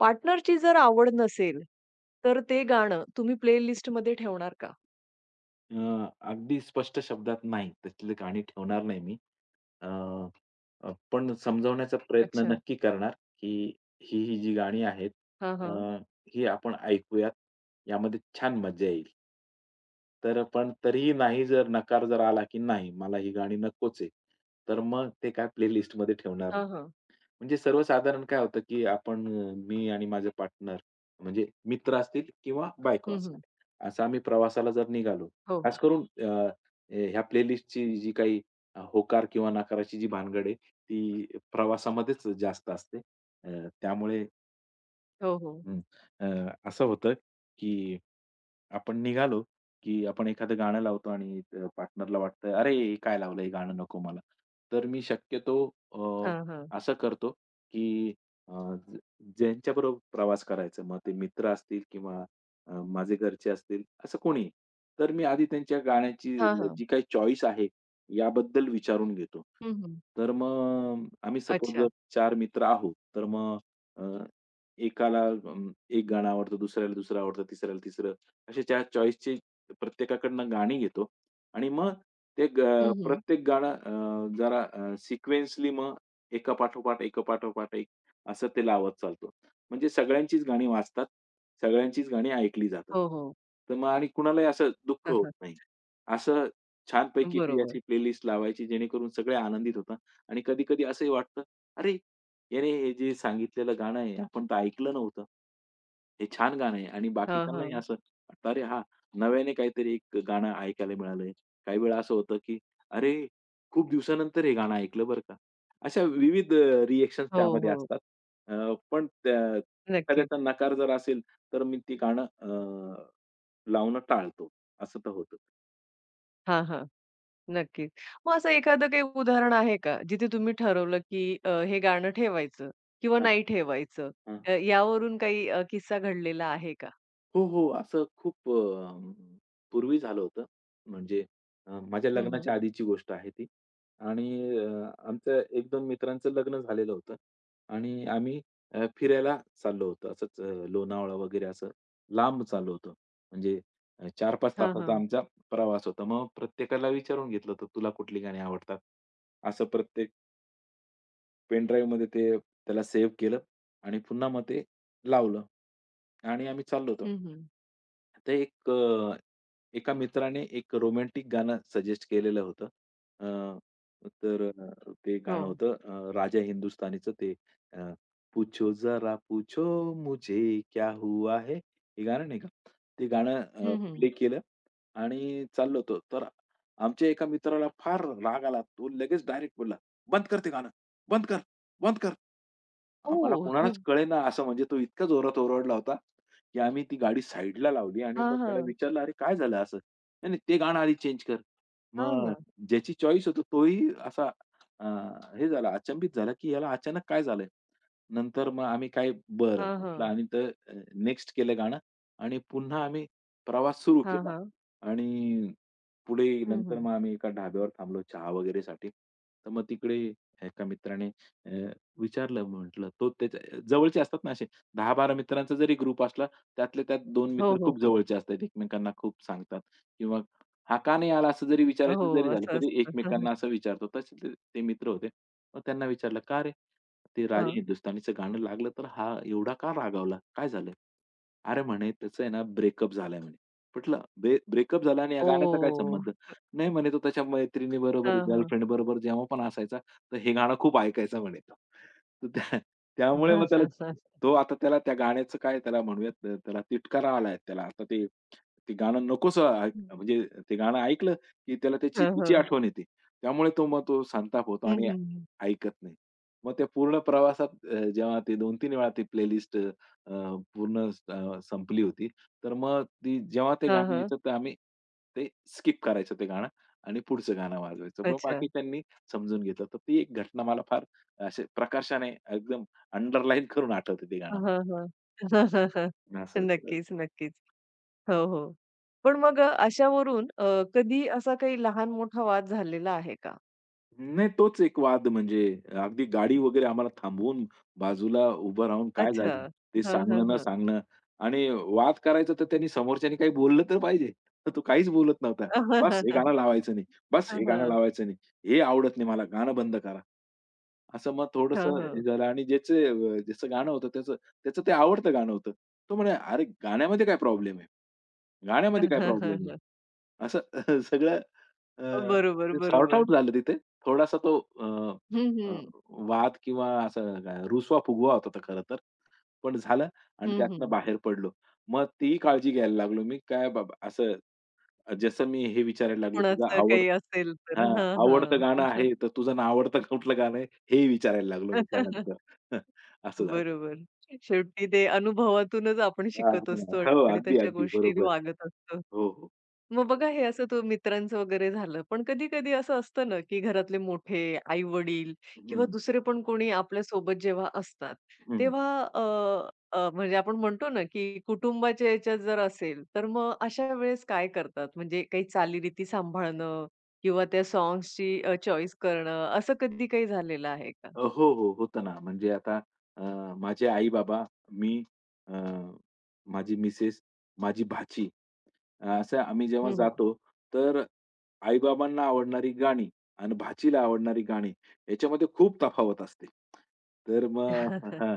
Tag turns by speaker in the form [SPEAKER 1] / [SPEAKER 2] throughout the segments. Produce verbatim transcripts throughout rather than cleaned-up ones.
[SPEAKER 1] पार्टनरची जर आवड नसेल, तर ते गाणं तुम्ही प्लेलिस्टमध्ये ठेवणार का?
[SPEAKER 2] अ, अगदी स्पष्ट शब्दात नाही. त्यातली गाणी ठेवणार नाही मी. अ, अ, पण समजावण्याचा प्रयत्न
[SPEAKER 1] अच्छा.
[SPEAKER 2] नक्की करणार, की ही, ही जी गाणी आहेत,
[SPEAKER 1] हां,
[SPEAKER 2] अ,
[SPEAKER 1] हां.
[SPEAKER 2] ही आपण ऐकूयात. यामध्ये छान मजा येईल. तर पण तरीही नाही जर नकार जर आला, की नाही मला ही गाणी नकोच आहे. तर मग ते काय प्लेलिस्टमध्ये ठेवणार.
[SPEAKER 1] हां, हां.
[SPEAKER 2] म्हणजे सर्वसाधारण काय होतं, की आपण, अ, मी आणि माझे पार्टनर म्हणजे मित्र असतील किंवा बायको
[SPEAKER 1] हं,
[SPEAKER 2] असेल.
[SPEAKER 1] हं.
[SPEAKER 2] असं आम्ही प्रवासाला जर निघालो,
[SPEAKER 1] हो,
[SPEAKER 2] खास
[SPEAKER 1] हो.
[SPEAKER 2] करून, अ, ए- ह्या प्लेलिस्टची जी काही, अ, होकार किंवा नकाराची जी भानगड आहे, ती प्रवासामध्येच जास्त असते. अ, त्यामुळे,
[SPEAKER 1] हो, हो.
[SPEAKER 2] हं, अ, असं होतं, की आपण निघालो, की आपण एखादं गाणं लावतो आणि, अ, पार्टनरला वाटतं, "अरे, हे काय लावलं? हे गाणं नको मला." तर मी शक्यतो, अ,
[SPEAKER 1] हां, हां.
[SPEAKER 2] असं करतो, की, अ, ज ज्यांच्याबरोबर प्रवास करायचा, मग ते मित्र असतील किंवा, अ, माझे घरचे असतील, असं कोणीही. तर मी आधी त्यांच्या गाण्याची
[SPEAKER 1] हां, हां.
[SPEAKER 2] जी काही चॉईस आहे, याबद्दल विचारून घेतो.
[SPEAKER 1] हं, हं.
[SPEAKER 2] तर मग आम्ही सपोज
[SPEAKER 1] अच्छा.
[SPEAKER 2] जर चार मित्र आहोत, तर मग, अ, एकाला, अं, एक गाणं आवडतं, दुसऱ्याला दुसरं आवडतं, तिसऱ्याला तिसरं. अशी त्या चॉईसची प्रत्येकाकडनं गाणी घेतो आणि मग, ते ग
[SPEAKER 1] हं, हं.
[SPEAKER 2] प्रत्येक गाणं, अ, जरा, अ, सिक्वेन्सली मग एका पाठोपाठ, एका पाठोपाठ एक असं ते लावत चालतो. म्हणजे सगळ्यांचीच गाणी वाजतात, सगळ्यांचीच गाणी ऐकली जातात.
[SPEAKER 1] हो, हो.
[SPEAKER 2] तर मग आणि कुणालाही असं दुःख
[SPEAKER 1] हां,
[SPEAKER 2] होत
[SPEAKER 1] हां.
[SPEAKER 2] नाही. असं छानपैकी ती अशी
[SPEAKER 1] बरोबर.
[SPEAKER 2] प्लेलिस्ट लावायची जेणेकरून सगळे आनंदित होतात. आणि कधी-कधी असंही वाटतं, "अरे, याने हे जे सांगितलेलं गाणं आहे, आपण तर ऐकलं नव्हतं. हे छान गाणं आहे." आणि
[SPEAKER 1] हां,
[SPEAKER 2] बाकीच्यांनाही
[SPEAKER 1] हां.
[SPEAKER 2] असं वाटलं, "अरे हां, नव्याने काहीतरी एक गाणं ऐकायला मिळालंय." काही वेळा असं होतं, की "अरे, खूप दिवसानंतर हे गाणं ऐकलं बरं का." अशा विविध, अ, रिएक्शन्स
[SPEAKER 1] हो,
[SPEAKER 2] त्यामध्ये
[SPEAKER 1] हो.
[SPEAKER 2] असतात. अ, पण त्या
[SPEAKER 1] नक्कीच.
[SPEAKER 2] एखाद्याचा नकार जर असेल, तर मी ते गाणं, अ, लावणं टाळतो. असं तर होतं.
[SPEAKER 1] हां, हां. नक्कीच. मग असं एखादं काही उदाहरण आहे का? जिथे तुम्ही ठरवलं, की अ, हे गाणं ठेवायचं किंवा
[SPEAKER 2] हां,
[SPEAKER 1] नाही ठेवायचं.
[SPEAKER 2] हां.
[SPEAKER 1] अ, यावरून काही अ, किस्सा घडलेला आहे का?
[SPEAKER 2] हो, हो. असं खूप, अ, पूर्वी झालं होतं. म्हणजे, अ, माझ्या
[SPEAKER 1] हं, हं.
[SPEAKER 2] लग्नाच्या आधीची गोष्ट आहे ती. आणि, अ, आमचं एक दोन मित्रांचं लग्न झालेलं होतं आणि आम्ही, अ, फिरायला चाललो होतो. असंच, अ, लोणावळा वगैरे असं लांब चाललो होतो. म्हणजे, अ, चार पाच
[SPEAKER 1] हां,
[SPEAKER 2] तासाचा
[SPEAKER 1] हां.
[SPEAKER 2] आमचा प्रवास होता. मग प्रत्येकाला विचारून घेतलं होतं, "तुला कुठली गाणी आवडतात?" असं प्रत्येक पेन ड्राईव्हमध्ये ते त्याला सेव्ह केलं आणि पुन्हा मग ते लावलं आणि आम्ही चाललो होतो.
[SPEAKER 1] हं, हं.
[SPEAKER 2] ते एक अ, एका मित्राने एक रोमॅन्टिक गाणं सजेस्ट केलेलं होतं. अ, तर, अ, ते
[SPEAKER 1] हो.
[SPEAKER 2] गाणं होतं, अ, राजा हिंदुस्तानीचं ते, अ, पूछो जरा पूछो मुझे क्या हुआ है? हे गाणं नाही का? ते गाणं
[SPEAKER 1] हं, हं.
[SPEAKER 2] प्ले केलं आणि चाललो होतो. तर आमच्या एका मित्राला फार राग आला. तो लगेच डायरेक्ट बोलला, "बंद कर ते गाणं. बंद कर." बंद कर.
[SPEAKER 1] ओ
[SPEAKER 2] आम्हाला कोणालाच कळेना असं म्हणजे तो इतका जोरात ओरडला होता, की आम्ही ती गाडी साइडला लावली आणि मग
[SPEAKER 1] हां,
[SPEAKER 2] त्याला
[SPEAKER 1] हां.
[SPEAKER 2] विचारलं, "अरे काय झालं असं?" "नाही, नाही ते गाणं आधी चेंज कर."
[SPEAKER 1] हां
[SPEAKER 2] मग
[SPEAKER 1] ना.
[SPEAKER 2] ज्याची चॉईस होती तोही असा, अ, हे झाला अचंबित झाला, की याला अचानक काय झालंय? नंतर मग आम्ही काय बरं
[SPEAKER 1] हां,
[SPEAKER 2] म्हटलं
[SPEAKER 1] हां.
[SPEAKER 2] आणि तर नेक्स्ट केलं गाणं आणि पुन्हा आम्ही प्रवास सुरू
[SPEAKER 1] हां,
[SPEAKER 2] केला
[SPEAKER 1] हां.
[SPEAKER 2] आणि पुढे
[SPEAKER 1] हं,
[SPEAKER 2] नंतर
[SPEAKER 1] हं.
[SPEAKER 2] मग आम्ही एका ढाब्यावर थांबलो चहा वगैरेसाठी. तर मग तिकडे एका मित्राने, अ विचारलं म्हटलं, तो त्याच्या जवळचे असतात ना, असे दहा बारा मित्रांचा जरी ग्रुप असला, त्यातल्या त्यात दोन
[SPEAKER 1] हो,
[SPEAKER 2] मित्र
[SPEAKER 1] हो,
[SPEAKER 2] खूप
[SPEAKER 1] हो.
[SPEAKER 2] जवळचे असतात, एकमेकांना खूप सांगतात किंवा हा का नाही आला असं जरी
[SPEAKER 1] हो,
[SPEAKER 2] विचारायचं जरी झालं,
[SPEAKER 1] असं
[SPEAKER 2] तरी
[SPEAKER 1] असतं. हां, हां.
[SPEAKER 2] एकमेकांना असं विचारतो. तसे ते ते मित्र होते. मग त्यांना विचारलं, "का रे? ते राजे
[SPEAKER 1] हां.
[SPEAKER 2] हिंदुस्थानीचं गाणं लागलं तर हा एवढा का रागावला? काय झालंय?" "अरे," म्हणे, "त्याचं आहे ना ब्रेकअप झालाय," म्हणे. म्हटलं, "ब्रेकअप झाला आणि या गाण्याचा काय
[SPEAKER 1] ओह!
[SPEAKER 2] संबंध?" "नाही," म्हणे, "तो त्याच्या मैत्रिणीबरोबर,
[SPEAKER 1] हां, हां.
[SPEAKER 2] गर्लफ्रेंडबरोबर जेव्हा पण असायचा, तर हे गाणं खूप ऐकायचा म्हणे तो. तर, त्या त्यामुळे मग
[SPEAKER 1] हां,
[SPEAKER 2] त्याला,
[SPEAKER 1] हां, हां.
[SPEAKER 2] तो आता त्याला त्या गाण्याचं काय त्याला म्हणूयात, त- त्याला तिटकारा आलाय त्याला. आता ते ते गाणं नकोसं ऐक,
[SPEAKER 1] हं.
[SPEAKER 2] म्हणजे ते गाणं ऐकलं की त्याला त्याची
[SPEAKER 1] हां,
[SPEAKER 2] तिची
[SPEAKER 1] हां.
[SPEAKER 2] आठवण येते. त्यामुळे तो, मग तो संताप होतो
[SPEAKER 1] हं,
[SPEAKER 2] आणि
[SPEAKER 1] हं, हं.
[SPEAKER 2] ऐकत नाही." मग त्या पूर्ण प्रवासात, अ, जेव्हा ते दोन तीन वेळा ती प्लेलिस्ट, अ, पूर्ण, स- अ, संपली होती. तर मग ती जेव्हा ते
[SPEAKER 1] हां,
[SPEAKER 2] गाणं
[SPEAKER 1] हां.
[SPEAKER 2] यायचं तर आम्ही ते स्किप करायचं ते गाणं आणि पुढचं गाणं वाजवायचं. मग
[SPEAKER 1] अच्छा.
[SPEAKER 2] बाकीच्यांनी समजून घेतलं. तर ती एक घटना मला फार असे प्रकर्षाने एकदम अंडरलाईन करून आठवते ते गाणं
[SPEAKER 1] हां, हां.
[SPEAKER 2] मला. असं.
[SPEAKER 1] नक्कीच, नक्कीच. हो, हो. पण मग अ, अशावरून अ, कधी असा काही लहान-मोठा वाद झालेला आहे का?
[SPEAKER 2] नाही तोच एक वाद म्हणजे अगदी गाडी वगैरे आम्हाला थांबवून बाजूला उभं राहून काय
[SPEAKER 1] अच्छा.
[SPEAKER 2] झालं? ते
[SPEAKER 1] हां, हां,
[SPEAKER 2] सांगणं न
[SPEAKER 1] हां.
[SPEAKER 2] सांगणं आणि वाद करायचा तर त्यांनी, समोरच्यानी काही बोललं तर पाहिजे. तर तो काहीच बोलत नव्हता. "बस हे गाणं
[SPEAKER 1] हां,
[SPEAKER 2] लावायचं नाही. बस हे गाणं
[SPEAKER 1] हां.
[SPEAKER 2] लावायचं नाही. हे आवडत नाही मला. गाणं बंद करा." असं मग
[SPEAKER 1] हां,
[SPEAKER 2] थोडंसं
[SPEAKER 1] हां.
[SPEAKER 2] झालं आणि ज्याचे अ, ज्याचं गाणं होतं त्याचं, त्याचं ते आवडतं गाणं होतं. तो म्हणे, "अरे गाण्यामध्ये काय प्रॉब्लेम आहे? गाण्यामध्ये काय
[SPEAKER 1] हां,
[SPEAKER 2] प्रॉब्लेम आहे?"
[SPEAKER 1] हां.
[SPEAKER 2] असं सगळं, अ,
[SPEAKER 1] बरोबर,
[SPEAKER 2] ते सॉर्ट
[SPEAKER 1] बरोबर.
[SPEAKER 2] आउट झालं तिथे. थोडासा तो, अ,
[SPEAKER 1] हं,
[SPEAKER 2] अ,
[SPEAKER 1] हं.
[SPEAKER 2] वाद किंवा असा रुसवा-फुगवा होता तो खरं तर. पण झालं आणि
[SPEAKER 1] हं,
[SPEAKER 2] त्यातनं
[SPEAKER 1] हं.
[SPEAKER 2] बाहेर पडलो. मग ती काळजी घ्यायला लागलो मी. काय बाबा, असं जसं मी हे विचारायला लागलो, तुझं
[SPEAKER 1] कुणाचं
[SPEAKER 2] आवड
[SPEAKER 1] काही असेल तर.
[SPEAKER 2] हां,
[SPEAKER 1] हां,
[SPEAKER 2] आवडतं गाणं
[SPEAKER 1] हां.
[SPEAKER 2] आहे, तर तुझं नावडतं कुठलं गाणं आहे, हेही विचारायला लागलो मी त्यानंतर. असं झालं.
[SPEAKER 1] बरोबर. शेवटी ते अनुभवातूनच आपण शिकत असतो
[SPEAKER 2] हो,
[SPEAKER 1] आणि
[SPEAKER 2] अगदी,
[SPEAKER 1] तशा
[SPEAKER 2] अगदी.
[SPEAKER 1] गोष्टी
[SPEAKER 2] बरोबर.
[SPEAKER 1] वागत असतो.
[SPEAKER 2] हो, हो.
[SPEAKER 1] मग बघा हे असं तो मित्रांचं वगैरे झालं. पण कधी-कधी असं असतं ना, की घरातले मोठे, आई-वडील किंवा
[SPEAKER 2] हं,
[SPEAKER 1] दुसरे पण कोणी आपल्यासोबत जेव्हा असतात,
[SPEAKER 2] हं.
[SPEAKER 1] तेव्हा अ, अ, म्हणजे आपण म्हणतो ना, की कुटुंबाच्या याच्यात जर असेल, तर मग अशा वेळेस काय करतात? म्हणजे काही चालीरीती सांभाळणं किंवा त्या सॉन्ग्सची चॉईस करणं, असं कधी काही झालेलं आहे का?
[SPEAKER 2] अ, हो, हो. होतं ना. म्हणजे आता, अ, माझे आई-बाबा, मी, अ, माझी मिसेस, माझी भाची, अ, असं आम्ही जेव्हा
[SPEAKER 1] हं,
[SPEAKER 2] जातो, तर आई-बाबांना आवडणारी गाणी आणि भाचीला आवडणारी गाणी याच्यामध्ये खूप तफावत असते. तर मग, हां.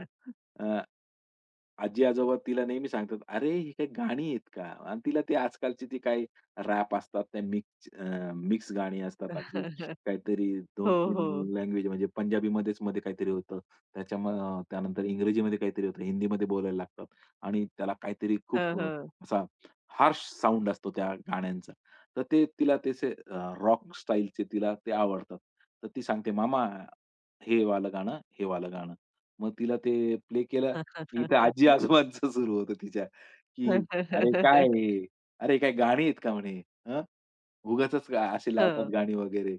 [SPEAKER 2] आजी-आजोबा तिला नेहमी सांगतात, "अरे, ही काही गाणी आहेत का?" आणि तिला ते आजकालची ती काही रॅप असतात, त्या मिक्स, अ, मिक्स गाणी असतात अगदी काहीतरी
[SPEAKER 1] हो,
[SPEAKER 2] दोन तीन
[SPEAKER 1] हो.
[SPEAKER 2] लँग्वेज, म्हणजे पंजाबीमध्येच मध्ये काहीतरी होतं. त्याच्या अ, त्यानंतर इंग्रजीमध्ये काहीतरी होतं, हिंदीमध्ये बोलायला लागतात आणि त्याला काहीतरी खूप, अ,
[SPEAKER 1] हं.
[SPEAKER 2] असा हार्श साउंड असतो त्या गाण्यांचा. तर ते तिला त्याचे रॉक स्टाईलचे तिला ते आवडतात. तर ती सांगते, "मामा, हे वालं गाणं, हे वालं गाणं." मग तिला ते प्ले केलं. इथं आजी-आजोबांचं सुरू होतं तिच्या, की
[SPEAKER 1] हं,
[SPEAKER 2] "अरे काय हे? अरे काय गाणी आहेत का?" म्हणे. "हं? उगाचच अशी लावतात
[SPEAKER 1] हं.
[SPEAKER 2] गाणी वगैरे."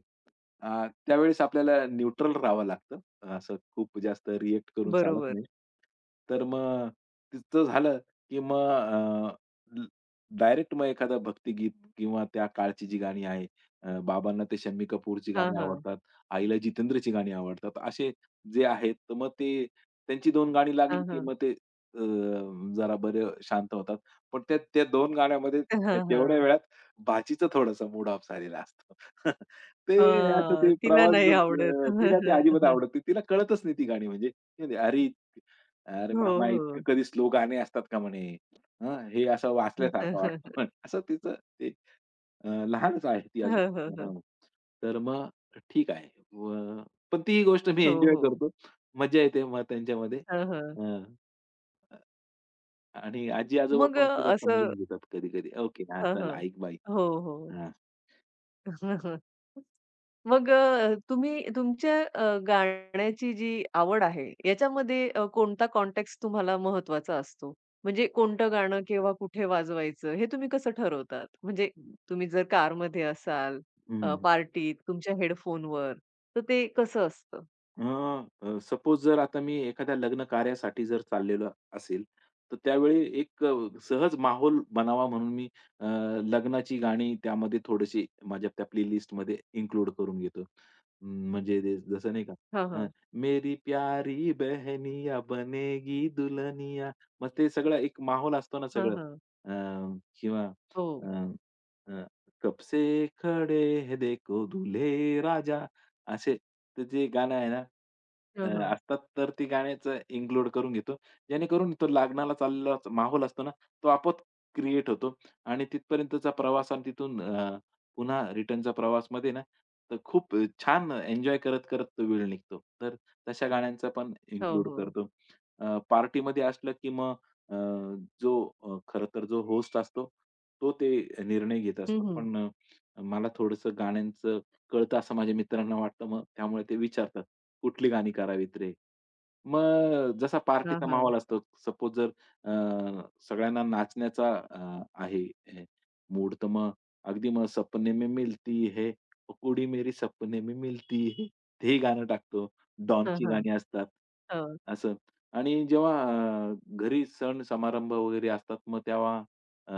[SPEAKER 2] अ, त्यावेळेस आपल्याला न्यूट्रल राहावं लागतं. असं खूप जास्त रिएक्ट करून चालत
[SPEAKER 1] बरोबर.
[SPEAKER 2] नाही. तर मग तिचं झालं, की मग, अ, डायरेक्ट मग एखादं भक्तिगीत किंवा त्या काळची जी गाणी आहे. अ, बाबांना ते शम्मी कपूरची
[SPEAKER 1] हां,
[SPEAKER 2] गाणी
[SPEAKER 1] हां.
[SPEAKER 2] आवडतात, आईला जितेंद्रची गाणी आवडतात. असे जे आहेत, तर मग ते त्यांची दोन गाणी लागली
[SPEAKER 1] हां,
[SPEAKER 2] की
[SPEAKER 1] हां.
[SPEAKER 2] मग ते, अ, जरा बरे शांत होतात. पण त्या त्या दोन गाण्यामध्ये
[SPEAKER 1] हां,
[SPEAKER 2] तेवढ्या
[SPEAKER 1] हां.
[SPEAKER 2] वेळात भाचीचा थोडासा मूड ऑफ झालेला असतो. ते असं ते
[SPEAKER 1] हां, तिला
[SPEAKER 2] प्रवास
[SPEAKER 1] नाही आवडत.
[SPEAKER 2] जर- अ,
[SPEAKER 1] हं,
[SPEAKER 2] तिला ते अजिबात
[SPEAKER 1] हं,
[SPEAKER 2] आवडत नाही. तिला कळतच नाही ती गाणी म्हणजे. ती म्हणते, "अरे, अरे
[SPEAKER 1] हो,
[SPEAKER 2] मामा इतकं
[SPEAKER 1] हो.
[SPEAKER 2] कधी स्लो गाणे असतात का?" म्हणे. "हं, हे असं
[SPEAKER 1] हं,
[SPEAKER 2] वाचल्यासारखं
[SPEAKER 1] हं,
[SPEAKER 2] वाटतं." म्हणे. असं तिचं ते अ, लहानच आहे ती अजून.
[SPEAKER 1] हं.
[SPEAKER 2] हां. तर मग ठीक आहे. व पण ती गोष्ट मी
[SPEAKER 1] हो,
[SPEAKER 2] एन्जॉय
[SPEAKER 1] हो.
[SPEAKER 2] करतो. मज्जा येते मग त्यांच्यामध्ये.
[SPEAKER 1] हां, हां.
[SPEAKER 2] अ, अ, आणि आजी-आजोबा
[SPEAKER 1] मग
[SPEAKER 2] पण
[SPEAKER 1] अ,
[SPEAKER 2] तिला
[SPEAKER 1] असं
[SPEAKER 2] समजून घेतात कधी-कधी. "ओके, हां,
[SPEAKER 1] हां,
[SPEAKER 2] चल
[SPEAKER 1] हां.
[SPEAKER 2] ऐक बाई."
[SPEAKER 1] हो, हो.
[SPEAKER 2] हां.
[SPEAKER 1] मग अ, तुम्ही तुमच्या अ, गाण्याची जी आवड आहे, याच्यामध्ये अ, कोणता कॉन्टेक्स्ट तुम्हाला महत्त्वाचा असतो? म्हणजे कोणतं गाणं केव्हा कुठे वाजवायचं हे तुम्ही कसं ठरवतात? म्हणजे तुम्ही जर कारमध्ये असाल, अ,
[SPEAKER 2] हं.
[SPEAKER 1] पार्टीत, तुमच्या हेडफोनवर, तर ते कसं असतं?
[SPEAKER 2] सपोज जर आता मी एखाद्या लग्न कार्यासाठी जर चाललेलो असेल, तर त्यावेळी एक, अ, सहज माहोल बनावा म्हणून मी, अ, लग्नाची गाणी त्यामध्ये थोडीशी माझ्या त्या प्लेलिस्टमध्ये इन्क्लूड करून घेतो. हम्म, म्हणजे ते जसं नाही का,
[SPEAKER 1] हां,
[SPEAKER 2] अ,
[SPEAKER 1] हां.
[SPEAKER 2] मेरी प्यारी बहनिया बनेगी दुल्हनिया. मग ते सगळं एक माहोल असतो ना
[SPEAKER 1] हां,
[SPEAKER 2] सगळं.
[SPEAKER 1] हां.
[SPEAKER 2] अ, किंवा,
[SPEAKER 1] हो.
[SPEAKER 2] अ, अ, कब से खडे है देखो दुल्हे राजा. असे तर जे गाणं आहे ना, अ,
[SPEAKER 1] हां, हां.
[SPEAKER 2] असतात, तर ती गाण्याचं इन्क्लूड करून घेतो. जेणेकरून तो लग्नाला चाललेला माहोल असतो ना, तो आपोआप क्रिएट होतो आणि तिथपर्यंतचा प्रवास आणि तिथून, अ, पुन्हा रिटर्नचा प्रवासमध्ये ना, तर खूप छान एन्जॉय करत-करत तो वेळ निघतो. तर तशा गाण्यांचा पण
[SPEAKER 1] हो,
[SPEAKER 2] इन्क्लूड
[SPEAKER 1] हो.
[SPEAKER 2] करतो. अ, पार्टीमध्ये असलं की मग, अ, जो अ, खरं तर जो होस्ट असतो, तो ते निर्णय घेत
[SPEAKER 1] हं,
[SPEAKER 2] असतो.
[SPEAKER 1] हं.
[SPEAKER 2] पण, अ, मला थोडंसं गाण्यांचं कळतं असं माझ्या मित्रांना वाटतं. मग त्यामुळे ते विचारतात, "कुठली गाणी करावीत रे?" मग जसा
[SPEAKER 1] हां,
[SPEAKER 2] पार्टीचा
[SPEAKER 1] हां.
[SPEAKER 2] माहोल असतो. सपोज जर, अ, सगळ्यांना नाचण्याचा, अ, आहे मूड, तर मग अगदी मग सपने में मिलती है, ओ कुड़ी मेरी सपने में मिलती है. ते गाणं टाकतो.
[SPEAKER 1] हां,
[SPEAKER 2] डॉनची
[SPEAKER 1] हां.
[SPEAKER 2] गाणी असतात.
[SPEAKER 1] हां.
[SPEAKER 2] असं. आणि जेव्हा, अ, घरी सण समारंभ वगैरे असतात, मग तेव्हा, अ,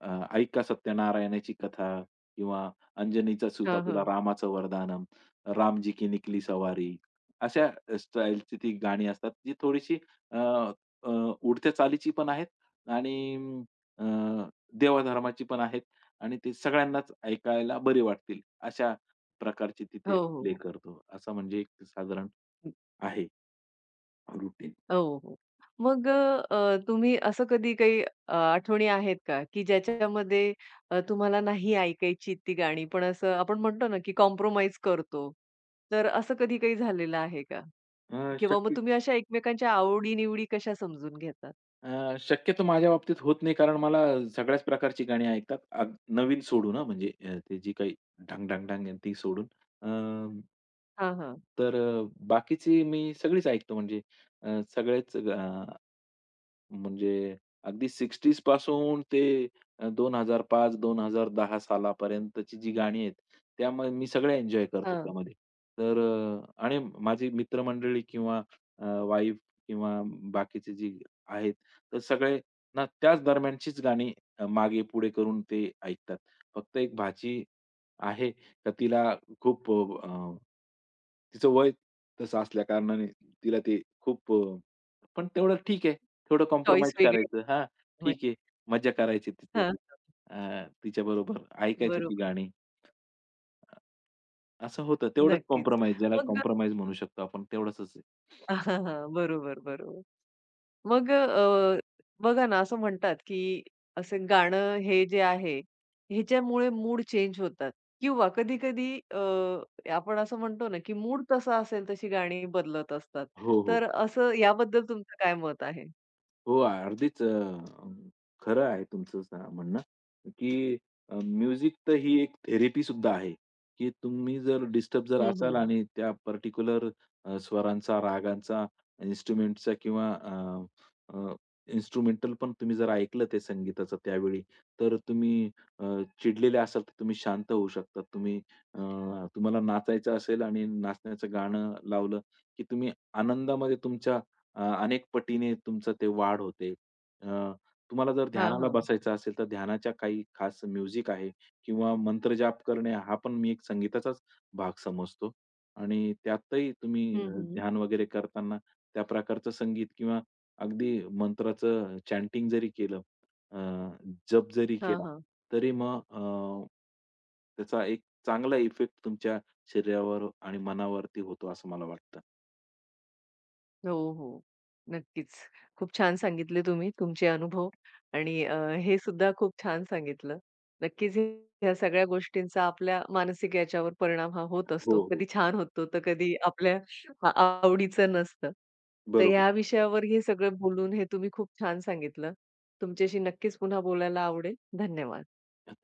[SPEAKER 2] अ, ऐका सत्यनारायणाची कथा किंवा अंजनीचा सूत
[SPEAKER 1] हां,
[SPEAKER 2] आपला
[SPEAKER 1] हां.
[SPEAKER 2] रामाचं वरदानम, रामजी की निकली सवारी, अशा स्टाईलची ती गाणी असतात, जी थोडीशी, अ, अ, उडत्या चालीची पण आहेत आणि, अ, देवाधर्माची पण आहेत आणि ती सगळ्यांनाच ऐकायला बरी वाटतील, अशा प्रकारची
[SPEAKER 1] हो,
[SPEAKER 2] तिथे प्ले
[SPEAKER 1] हो.
[SPEAKER 2] करतो. असं म्हणजे एक साधारण आहे रुटीन.
[SPEAKER 1] हो, हो. मग अ, तुम्ही असं कधी काही अ, आठवणी आहेत का, की ज्याच्यामध्ये अ, तुम्हाला नाही ऐकायची ती गाणी, पण असं आपण म्हणतो ना, की कॉम्प्रोमाईज करतो. तर असं कधी काही झालेलं आहे का? किंवा मग
[SPEAKER 2] शक्ती
[SPEAKER 1] तुम्ही अशा एकमेकांच्या आवडी-निवडी कशा समजून घेतात?
[SPEAKER 2] अ, शक्यतो माझ्या बाबतीत होत नाही, कारण मला सगळ्याच प्रकारची गाणी ऐकतात. अग नवीन सोडून, हां, म्हणजे, अ, ते जी काही ढांग, ढांग, ढांग आहे ती सोडून. अ,
[SPEAKER 1] हां, हां.
[SPEAKER 2] तर, अ, बाकीची मी सगळीच ऐकतो, म्हणजे, अ, सगळेच म्हणजे अगदी सिक्स्टीज पासून ते, अ, दोन हजार पाच-दोन हजार दहा सालापर्यंतची जी गाणी आहेत, त्यामुळे मी सगळ्या एन्जॉय करतो
[SPEAKER 1] हा
[SPEAKER 2] त्यामध्ये. तर, अ, आणि माझी मित्रमंडळी किंवा, अ, वाईफ किंवा बाकीचे जे आहेत, तर सगळे ना त्याच दरम्यानचीच गाणी, अ, मागे-पुढे करून ते ऐकतात. फक्त एक भाची आहे, तर तिला खूप, अ, तिचं वय तसं असल्या कारणाने तिला ते खूप, अ, पण तेवढं ठीक आहे. थोडं
[SPEAKER 1] चॉईस
[SPEAKER 2] कॉम्प्रोमाईज
[SPEAKER 1] वेगळी आहे
[SPEAKER 2] करायचं. हां, ठीक आहे.
[SPEAKER 1] म्हणजे
[SPEAKER 2] मज्जा करायची तिथे.
[SPEAKER 1] हां,
[SPEAKER 2] अ, तिच्याबरोबर ऐकायची ती
[SPEAKER 1] बरोबर.
[SPEAKER 2] गाणी. असं होतं. तेवढंच
[SPEAKER 1] नक्कीच.
[SPEAKER 2] कॉम्प्रोमाईज, ज्याला
[SPEAKER 1] मग
[SPEAKER 2] कॉम्प्रोमाईज म्हणू शकतो आपण, तेवढंच आहे.
[SPEAKER 1] हां, हां, बरोबर, बरोबर. मग अ, बघा ना, असं म्हणतात, की असं गाणं हे जे आहे, ह्याच्यामुळे मूड चेंज होतात किंवा कधी-कधी अ, आपण असं म्हणतो ना, की मूड तसा असेल तशी गाणी बदलत असतात.
[SPEAKER 2] हो, हो.
[SPEAKER 1] तर असं याबद्दल तुमचं काय मत आहे?
[SPEAKER 2] हो, अगदीच, अ, अं, खरं आहे तुमचं, सा म्हणणं, की, अ, म्युझिक तर ही एक थेरपी सुद्धा आहे, की तुम्ही जर डिस्टर्ब जर
[SPEAKER 1] हं,
[SPEAKER 2] असाल
[SPEAKER 1] हं.
[SPEAKER 2] आणि त्या पर्टिक्युलर, अ, स्वरांचा, रागांचा, इन्स्ट्रुमेंटचा किंवा, अ, अ, इन्स्ट्रुमेंटल पण तुम्ही जर ऐकलं ते संगीताचं त्यावेळी, तर तुम्ही, अ, चिडलेले असाल तर तुम्ही शांत होऊ शकता. तुम्ही अ, तुम्हाला नाचायचं असेल आणि नाचण्याचं गाणं लावलं, की तुम्ही आनंदामध्ये तुमच्या, अ, अनेक पटीने तुमचं ते वाढ होते. अ, तुम्हाला जर
[SPEAKER 1] हां,
[SPEAKER 2] ध्यानाला
[SPEAKER 1] हां.
[SPEAKER 2] बसायचं असेल, तर ध्यानाच्या काही खास म्युझिक आहे किंवा मंत्रजाप करणे हा पण मी एक संगीताचाच भाग समजतो आणि त्यातही तुम्ही,
[SPEAKER 1] हं,
[SPEAKER 2] अ,
[SPEAKER 1] हं.
[SPEAKER 2] ध्यान वगैरे करताना त्या प्रकारचं संगीत किंवा अगदी मंत्राचं चॅन्टिंग जरी केलं, अ, जप जरी
[SPEAKER 1] हां,
[SPEAKER 2] केला,
[SPEAKER 1] हां.
[SPEAKER 2] तरी मग, अ, त्याचा एक चांगला इफेक्ट तुमच्या शरीरावर आणि मनावरती होतो असं मला वाटतं.
[SPEAKER 1] हो, हो. नक्कीच. खूप छान सांगितले तुम्ही तुमचे अनुभव आणि अ, हे सुद्धा खूप छान सांगितलं. नक्कीच हे- ह्या सगळ्या गोष्टींचा आपल्या मानसिक याच्यावर परिणाम हा होत
[SPEAKER 2] हो,
[SPEAKER 1] असतो.
[SPEAKER 2] हो.
[SPEAKER 1] कधी छान होतो तर कधी आपल्या आ आवडीचं नसतं. तर
[SPEAKER 2] बरोबर.
[SPEAKER 1] ह्या विषयावर हे सगळं बोलून हे तुम्ही खूप छान सांगितलं. तुमच्याशी नक्कीच पुन्हा बोलायला आवडेल. धन्यवाद.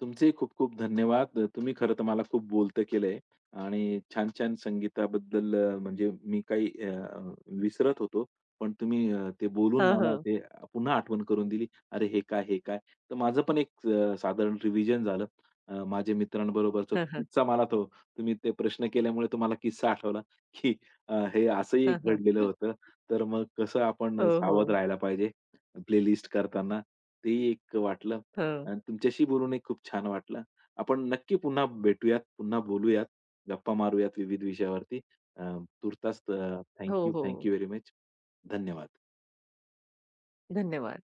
[SPEAKER 2] तुमचेही खूप खूप धन्यवाद. तुम्ही खरं तर मला खूप बोलतं केलंय आणि छान-छान संगीताबद्दल, अ, म्हणजे मी काही, अ, विसरत होतो. पण तुम्ही, अ, ते बोलून
[SPEAKER 1] हं,
[SPEAKER 2] मला
[SPEAKER 1] हं.
[SPEAKER 2] ते पुन्हा आठवण करून दिली. "अरे हे काय, हे काय?" तर माझं पण एक, अ, साधारण रिव्हिजन झालं. अ, माझ्या मित्रांबरोबरचा तो
[SPEAKER 1] हं, हं.
[SPEAKER 2] किस्सा मला तो, तुम्ही ते प्रश्न केल्यामुळे तुम्हाला किस्सा आठवला, की, अ, हे असंही एक घडलेलं
[SPEAKER 1] हं, हं.
[SPEAKER 2] होतं. तर मग कसं
[SPEAKER 1] हो,
[SPEAKER 2] आपण सावध
[SPEAKER 1] हो.
[SPEAKER 2] राहायला पाहिजे प्लेलिस्ट करताना ते एक वाटलं
[SPEAKER 1] हं.
[SPEAKER 2] आणि तुमच्याशी बोलूनही खूप छान वाटलं. आपण नक्की पुन्हा भेटूयात, पुन्हा बोलूयात, गप्पा मारूयात विविध विषयावरती. अ, तूर्तास, अ,
[SPEAKER 1] हो,
[SPEAKER 2] थँक
[SPEAKER 1] हो.
[SPEAKER 2] Very much. धन्यवाद.
[SPEAKER 1] धन्यवाद.